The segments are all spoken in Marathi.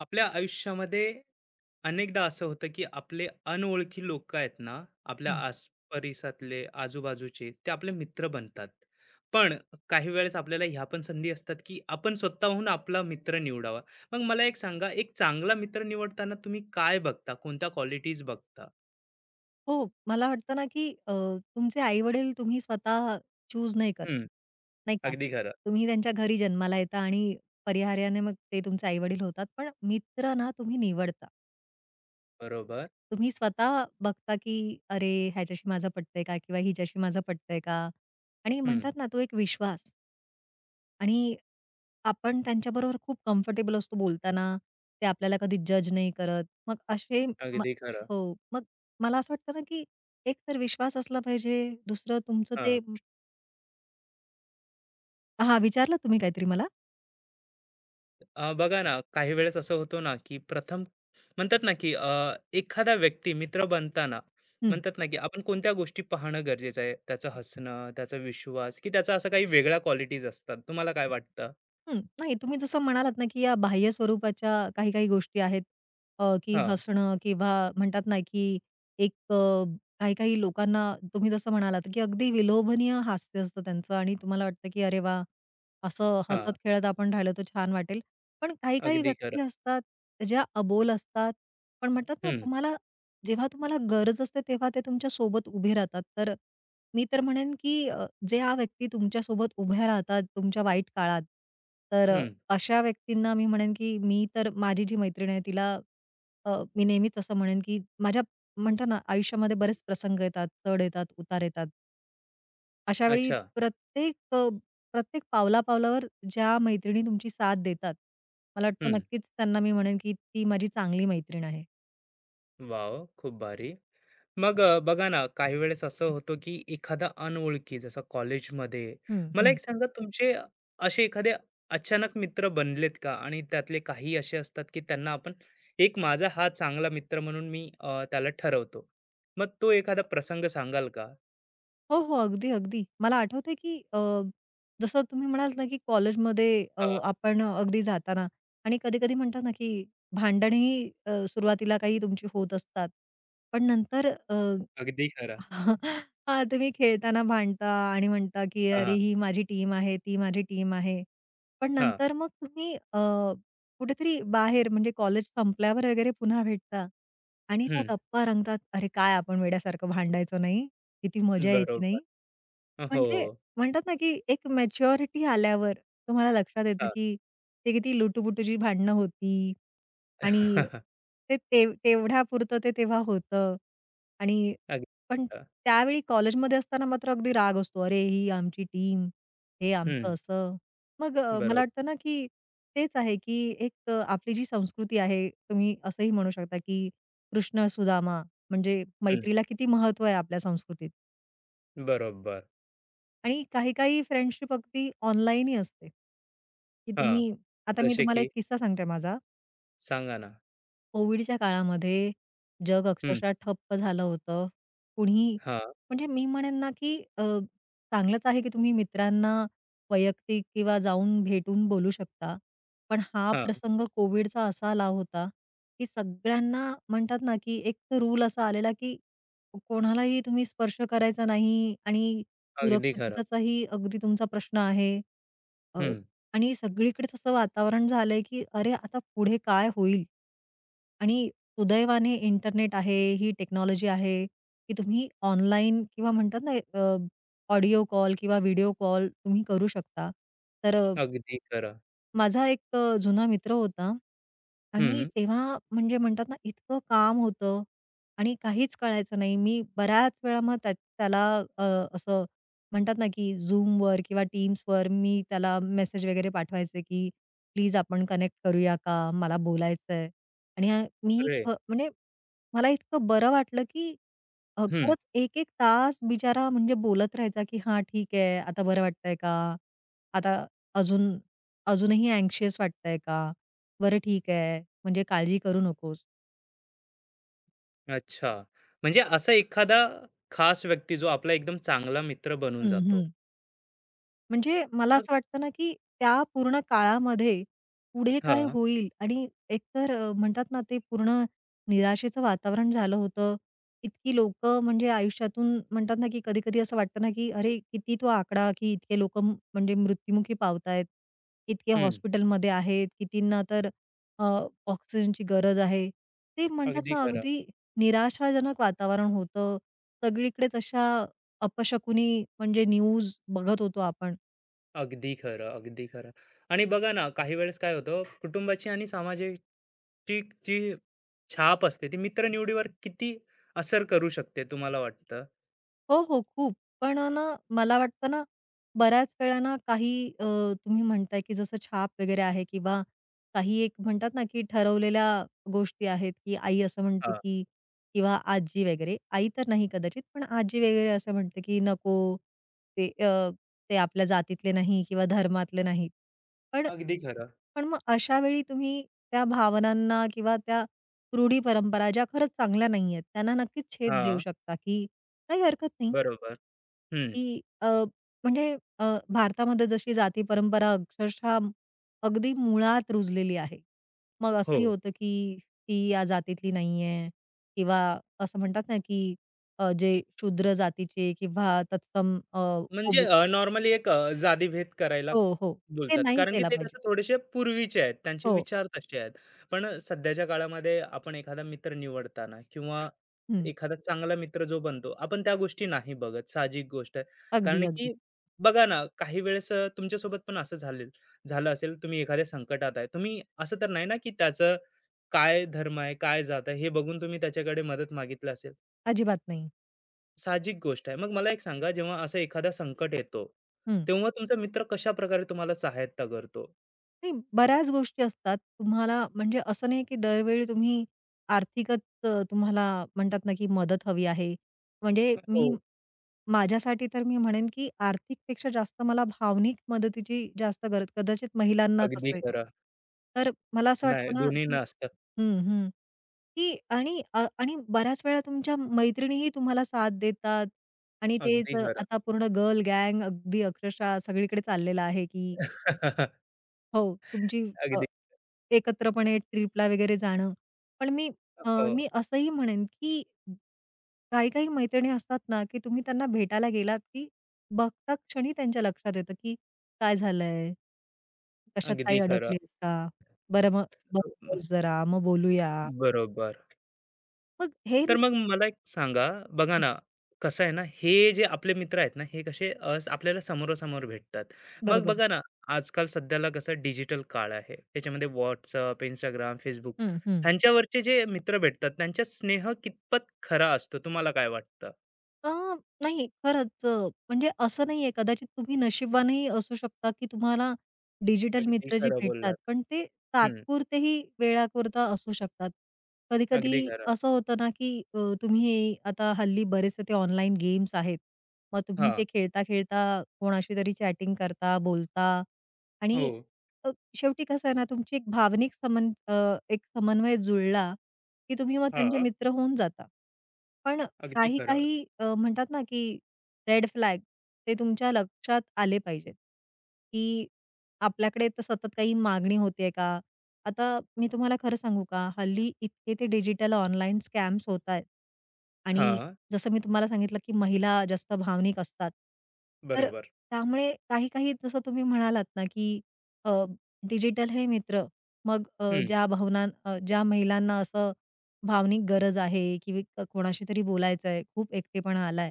आपल्या आयुष्यामध्ये अनेकदा असं होतं की आपले अनओळखी लोक आहेत ना आपल्या हं. आस परिसरातले आजूबाजूचे ते आपले मित्र बनतात. पण काही वेळेस आपल्याला ह्या पण संधी असतात की आपण स्वतःहून आपला मित्र निवडावा. मग मला एक सांगा, एक चांगला मित्र निवडताना तुम्ही काय बघता, कोणत्या क्वालिटीज बघता? हो, मला वाटतं ना, की तुमचे आई-वडील तुम्ही स्वतः चूज नाही करत, हम्म. नाही का? अगदी खरं. तुम्ही त्यांच्या घरी जन्माला येता आणि परिहार्याने मग ते तुमचे आई-वडील होतात. पण मित्र ना तुम्ही निवडता. बरोबर. तुम्ही स्वतः बघता, की "अरे, ह्याच्याशी माझं पटतंय का?" किंवा "हिच्याशी माझं पटतंय का?" आणि हम्म. म्हणतात ना, तो एक विश्वास. आणि आपण त्यांच्याबरोबर खूप कम्फर्टेबल असतो बोलताना. ते आपल्याला कधी जज नाही करत. मग असे म अगदी खरं. हो. मग मला असं वाटतं ना, की एक तर विश्वास असला पाहिजे. दुसरं तुमचं ते. हां, विचारलं तुम्ही काहीतरी मला? बघा ना, काही वेळेस असं होतं ना, की प्रथम म्हणतात ना, की एखादा व्यक्ती मित्र बनताना म्हणतात ना, की आपण कोणत्या गोष्टी पाहणं गरजेचं आहे? त्याचं हसणं, त्याचा विश्वास, की त्याचा असा काही वेगळ्या क्वालिटीज असतात. तुम्हाला काय वाटतं? हं. नाही, तुम्ही जसं म्हणालात ना, की या बाह्य स्वरूपाच्या काही-काही गोष्टी आहेत. की हां, हसणं किंवा म्हणतात ना, की एक काही-काही लोकांना तुम्ही जसं म्हणालात, की अगदी विलोभनीय हास्य असतं त्यांचं आणि तुम्हाला वाटतं, की "अरे वाह! असं हां. हसत खेळत आपण राहिलो तर छान वाटेल." पण काही-काही अगदी खरं. व्यक्ती असतात ज्या अबोल असतात. पण म्हणतात ना, हं, तुम्हाला जेव्हा तुम्हाला गरज असते तेव्हा ते तुमच्या सोबत उभे राहतात. तर मी तर म्हणेन, की ज्या व्यक्ती तुमच्यासोबत उभ्या राहतात तुमच्या वाईट काळात, तर अ, हं. अशा व्यक्तींना मी म्हणेन की मी तर माझी जी मैत्रीण आहे तिला, अ, मी नेहमीच असं म्हणेन की माझ्या म्हणतात ना, आयुष्यामध्ये बरेच प्रसंग येतात, चढ येतात, उतार येतात. अशा वेळी अच्छा. प्रत्येक पावला-पावलावर ज्या मैत्रिणी तुमची साथ देतात, मला वाटतं हं. नक्कीच त्यांना मी म्हणेन की ती माझी चांगली मैत्रीण आहे. वॉव! खूप भारी. मग बघा ना, काही वेळेस असं होतं, की एखादा अनोळखी जसं कॉलेजमध्ये मला हं. एक सांगा, तुमचे असे एखादे अचानक मित्र बनलेत का? आणि त्यातले काही असे असतात, की त्यांना आपण एक माझा हा चांगला मित्र म्हणून मी त्याला ठरवतो. मग तो एखादा प्रसंग सांगाल का? हो, हो. अगदी, अगदी. मला आठवतंय की जसं तुम्ही म्हणालात ना की कॉलेजमध्ये हां, आपण अगदी जाताना आणि कधी-कधी म्हणतात ना की भांडणही, सुरुवातीला काही तुमची होत असतात. पण नंतर अगदी खरं. हां, तुम्ही खेळताना भांडता आणि म्हणता की "अरे, हां, ही माझी टीम आहे, ती माझी टीम आहे." पण हां. नंतर मग तुम्ही कुठेतरी बाहेर म्हणजे कॉलेज संपल्यावर वगैरे पुन्हा भेटता आणि त्या हं, गप्पा रंगतात. "अरे, काय आपण वेड्यासारखं भांडायचो नाही? किती मजा यायची नाही?" बरोबर. म्हणजे हो. म्हणतात ना, की एक मॅच्युरिटी आल्यावर तुम्हाला लक्षात येतं, हां. की ते किती लुटूपुटूची भांडणं होती आणि ते तेवढ्यापुरतं ते तेव्हा होतं. आणि अगदी पण खरं. त्यावेळी कॉलेजमध्ये असताना मात्र अगदी राग असतो. अरे, ही आमची टीम, हे हं, आमचं असं. मला बरोबर. वाटतं ना, की तेच आहे, की आपली जी संस्कृती आहे, तुम्ही असंही म्हणू शकता, की कृष्ण सुदामा म्हणजे हं, मैत्रीला किती महत्त्व आहे आपल्या संस्कृतीत. बरोबर. आणि काही-काही फ्रेंडशिप अगदी ऑनलाईनही असते. की हां, तुम्ही, आता मी जसे तुम्हाला की एक किस्सा सांगते माझा. सांगा ना? कोविडच्या काळामध्ये जग हं, अक्षरशः ठप्प झालं होतं. कुणीही हां, म्हणजे मी म्हणेन ना, की चांगलंच आहे, की तुम्ही मित्रांना वैयक्तिक किंवा जाऊन भेटून बोलू शकता. पण हा हां. प्रसंग कोविडचा असा आला होता, की सगळ्यांना म्हणतात ना, की एक रूल असा आलेला, की कोणालाही तुम्ही स्पर्श करायचा नाही आणि अगदी खरं. सुरक्षिततेचाही अगदी तुमचा प्रश्न आहे. अ, हं. आणि सगळीकडेच असं वातावरण झालंय, की अरे, आता पुढे काय होईल? आणि सुदैवाने इंटरनेट आहे, ही टेक्नॉलॉजी आहे, की तुम्ही ऑनलाईन किंवा म्हणतात ना, अ, ऑडिओ कॉल किंवा व्हिडिओ कॉल तुम्ही करू शकता. तर अगदी खरं. माझा एक जुना मित्र होता आणि हं. तेव्हा म्हणजे म्हणतात ना, इतकं काम होतं आणि काहीच कळायचं नाही. मी बऱ्याच वेळा मग त्याला अ, असं म्हणतात ना, की Zoomवर किंवा Teamsवर मी त्याला मेसेज वगैरे पाठवायचे, की "प्लीज आपण कनेक्ट करूया का? मला बोलायचंय." आणि अरे! म्हणजे मला इतकं बरं वाटलं, की हं. खरंच 1-1 तास बिचारा म्हणजे बोलत राहायचा, की "हां, ठीक आहे. आता बरं वाटतंय का? आता अजून अजूनही अँक्शियस वाटतंय का? बरं, ठीक आहे. म्हणजे काळजी करू नकोस." अच्छा. म्हणजे असा एखादा खास व्यक्ती जो आपला एकदम चांगला मित्र बनून हं, जातो. हं. म्हणजे मला मग असं वाटतं ना, की त्या पूर्ण काळामध्ये पुढे काय हां. होईल? आणि एकतर म्हणतात ना, ते पूर्ण निराशेचं वातावरण झालं होतं. इतकी लोकं म्हणजे आयुष्यातून म्हणतात ना, की कधी-कधी असं वाटतं ना, की अरे, किती तो आकडा, की इतके लोकं म्हणजे मृत्युमुखी पावतायत. इतके हं. हॉस्पिटलमध्ये आहेत. कितींना तर अ, ऑक्सिजनची गरज आहे. ते म्हणतात अगदी ना, खरं. अगदी निराशाजनक वातावरण होतं. सगळीकडेच अशा अपशकुनी म्हणजे न्यूज बघत होतो आपण. अगदी खरं, अगदी खरं. आणि बघा ना, काही वेळेस काय होतं, कुटुंबाची आणि सामाजिकची जी छाप असते, ती मित्रनिवडीवर किती असर करू शकते, तुम्हाला वाटतं? हो, हो. खूप. पण अ, ना मला वाटतं ना, बऱ्याच वेळा ना अ, तुम्ही म्हणताय की जसं छाप वगैरे आहे किंवा काही एक म्हणतात ना, की ठरवलेल्या गोष्टी आहेत, की आई असं म्हणते हां. की किंवा आजी वगैरे. आई तर नाही कदाचित, पण आजी वगैरे असं म्हणते की नको ते अ, ते आपल्या जातीतले नाही किंवा धर्मातले नाहीत. पण अगदी खरं. पण मग अशा वेळी तुम्ही त्या भावनांना किंवा त्या रूढी परंपरा ज्या खरंच चांगल्या नाहीयेत, त्यांना नक्कीच छेद देऊ हां. शकता, की काही हरकत नाही. बरोबर. हं. की अ, म्हणजे अ, भारतामध्ये जशी जाती परंपरा अक्षरशः अगदी मुळात रुजलेली आहे. मग हो. असंही होतं की ती या जातीतली नाहीये किंवा असं म्हणतात ना की जे शूद्र जातीचे किंवा तत्सम म्हणजे ओबी. नॉर्मली एक जातीभेद करायला हो, हो. ते बोलतात. नाही कारण की केला ते पाहिजे. कसं थोडेसे पूर्वीचे आहेत. त्यांचे हो. विचार तसे आहेत. पण सध्याच्या काळामध्ये आपण एखादा मित्र निवडताना किंवा हं. हं. एखादा चांगला मित्र जो बनतो, आपण त्या गोष्टी नाही बघत. साहजिक गोष्ट आहे. कारण अगदी, की अगदी. बघा ना, काही वेळेस तुमच्यासोबत पण असं झालं असेल, तुम्ही एखाद्या संकटात आहे. तुम्ही असं तर नाही ना, की त्याचं काय धर्म आहे, काय जात आहे, हे बघून तुम्ही त्याच्याकडे मदत मागितली असेल. अजिबात नाही. साहजिक गोष्ट आहे. मग मला एक सांगा, जेव्हा असं एखादा संकट येतो, हं. तेव्हा तुमचा मित्र कशाप्रकारे तुम्हाला सहायता करतो? नाही, बऱ्याच गोष्टी असतात. तुम्हाला म्हणजे असं नाही की दरवेळी तुम्ही आर्थिकच, तुम्हाला म्हणतात ना की मदत हवी आहे. म्हणजे मी हो, माझ्यासाठी तर मी म्हणेन, की आर्थिकपेक्षा जास्त मला भावनिक मदतीची जास्त गरज कदाचित महिलांनाच अगदी असते. खरं. तर मला असं नाही, वाटतं ना, दोन्ही की नसतं. हं, हं, की आणि बऱ्याच वेळा तुमच्या मैत्रिणीही तुम्हाला साथ देतात आणि अगदी खरं. आता पूर्ण गर्ल गँग अगदी अक्षरशः सगळीकडे चाललेलं आहे, की हो, तुमची अ, अगदी एकत्रपणे ट्रिपला वगैरे जाणं. पण मी अ, हो, मी असंही म्हणेन, की काही-काही मैत्रिणी असतात ना, की तुम्ही त्यांना भेटायला गेलात, की बघता क्षणी त्यांच्या लक्षात येतं, की काय झालंय? कशात काही अगदी खरं. अडकलीस का? बरं, मग बस जरा, मग बोलूया. बरोबर. मग हे तर मग मला एक सांगा, बघा ना, कसं आहे ना, हे जे आपले मित्र आहेत ना, हे कसे आपल्याला समोरासमोर भेटतात. मग बरोबर. बघा ना, आजकाल सध्याला कसं डिजिटल काळ आहे. त्याच्यामध्ये WhatsApp, Instagram, Facebook हं, हं. ह्यांच्यावरचे जे मित्र भेटतात, त्यांचा स्नेह कितपत खरा असतो, तुम्हाला काय वाटतं? अ, नाही, खरंच, म्हणजे असं नाहीये, कदाचित तुम्ही नशिबवानही असू शकता, की तुम्हाला डिजिटल अगदी मित्र जे खरं भेटतात, बोललात. पण ते हं, तात्पुरतेही वेळाकरता असू शकतात. अगदी कधी-कधी खरं. असं होतं ना, की तुम्ही आता हल्ली बरेचसे ते ऑनलाईन गेम्स आहेत. मग तुम्ही हां, ते खेळता-खेळता कोणाशी तरी चॅटिंग करता, बोलता हो. आणि अ, शेवटी कसं आहे ना, तुमची एक भावनिक एक समन्वय जुळला, की तुम्ही मग त्यांचे हां, मित्र होऊन जाता. पण अगदी काही खरं. काही अ, म्हणतात ना, की रेड फ्लॅग ते तुमच्या लक्षात आले पाहिजेत, की आपल्याकडे तर सतत काही मागणी होतेय का? आता मी तुम्हाला खरं सांगू का? हल्ली इतके ते डिजिटल ऑनलाईन स्कॅम्स होतायत आणि हां, जसं मी तुम्हाला सांगितलं, की महिला जास्त भावनिक असतात. तर बरोबर. त्यामुळे काही काही जसं तुम्ही म्हणालात ना, की डिजिटल हे मित्र. मग हं, ज्या भावना ज्या महिलांना असं भावनिक गरज आहे किंवा कोणाशी तरी बोलायचं आहे, खूप एकटेपणा आलाय.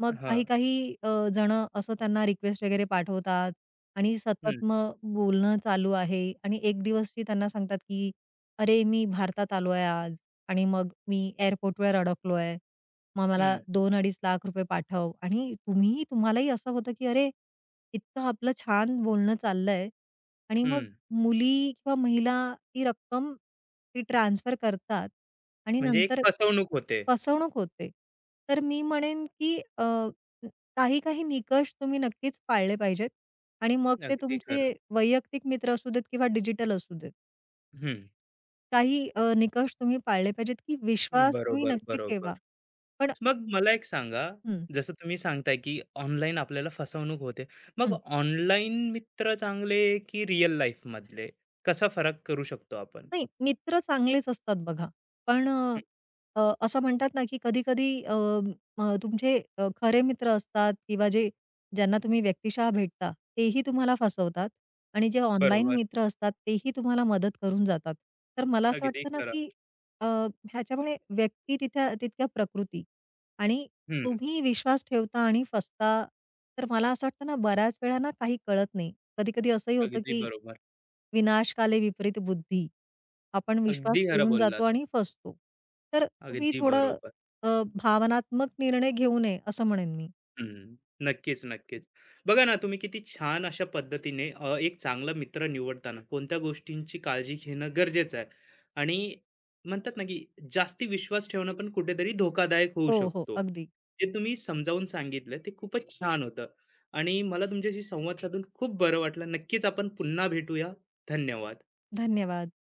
मग हां. काही-काही जणं असं त्यांना रिक्वेस्ट वगैरे पाठवतात आणि हं, सतत मग बोलणं चालू आहे आणि एक दिवसची त्यांना सांगतात, की "अरे, मी भारतात आलो आहे आज आणि मग मी एअरपोर्टवर अडकलो आहे. मग मला हं, 2-2.5 लाख रुपये पाठव." आणि तुम्हालाही असं होतं, की अरे, इतकं आपलं छान बोलणं चाललंय आणि मग हं. मुली किंवा महिला ती रक्कम ती ट्रान्सफर करतात आणि म्हणजे एक नंतर फसवणूक होते. फसवणूक होते. तर मी म्हणेन, की काही काही निकष तुम्ही नक्कीच पाळले पाहिजेत आणि मग ते अगदी खरं. तुमचे वैयक्तिक मित्र असू देत किंवा डिजिटल असू देत. हं. काही निकष तुम्ही पाळले पाहिजेत, की विश्वास तुम्ही बरोबर, नक्की बरोबर. ठेवा. पण मग मला एक सांगा, हं. जसं तुम्ही सांगताय, की ऑनलाईन आपल्याला फसवणूक होते. मग हं. ऑनलाईन मित्र चांगले की रिअल लाईफमधले? कसा फरक करू शकतो आपण? नाही, मित्र चांगलेच असतात बघा. पण अ, हं, अ, असं म्हणतात ना, की कधी-कधी अ, अ, म, तुमचे खरे मित्र असतात किंवा जे ज्यांना तुम्ही व्यक्तिशः भेटता, तेही तुम्हाला फसवतात आणि जे ऑनलाईन बरोबर. मित्र असतात, तेही तुम्हाला मदत करून जातात. तर मला असं अगदी वाटतं ना, खरं. की अ, ह्याच्यामुळे व्यक्ती तिथ्या तितक्या प्रकृती आणि हं, तुम्ही विश्वास ठेवता आणि फसता. तर मला असं वाटतं ना, बऱ्याच वेळा ना काही कळत नाही. कधी-कधी असंही होतं, अगदी की बरोबर. विनाश विपरीत बुद्धी. आपण विश्वास अगदी खरं ठेवून जातो बोललात. आणि फसतो. तर तुम्ही अगदी थोडं, बरोबर. अ, भावनात्मक निर्णय घेऊ नये असं म्हणेन मी. हं. नक्कीच, नक्कीच. बघा ना, तुम्ही किती छान अशा पद्धतीने एक चांगला मित्र निवडताना कोणत्या गोष्टींची काळजी घेणं गरजेचं आहे आणि म्हणतात ना, की जास्ती विश्वास ठेवणं पण कुठेतरी धोकादायक होऊ हो, हो. शकतो. अगदी. जे तुम्ही समजावून सांगितलं ते खूपच छान होतं आणि मला तुमच्याशी संवाद साधून खूप बरं वाटलं. नक्कीच आपण पुन्हा भेटूया. धन्यवाद. धन्यवाद.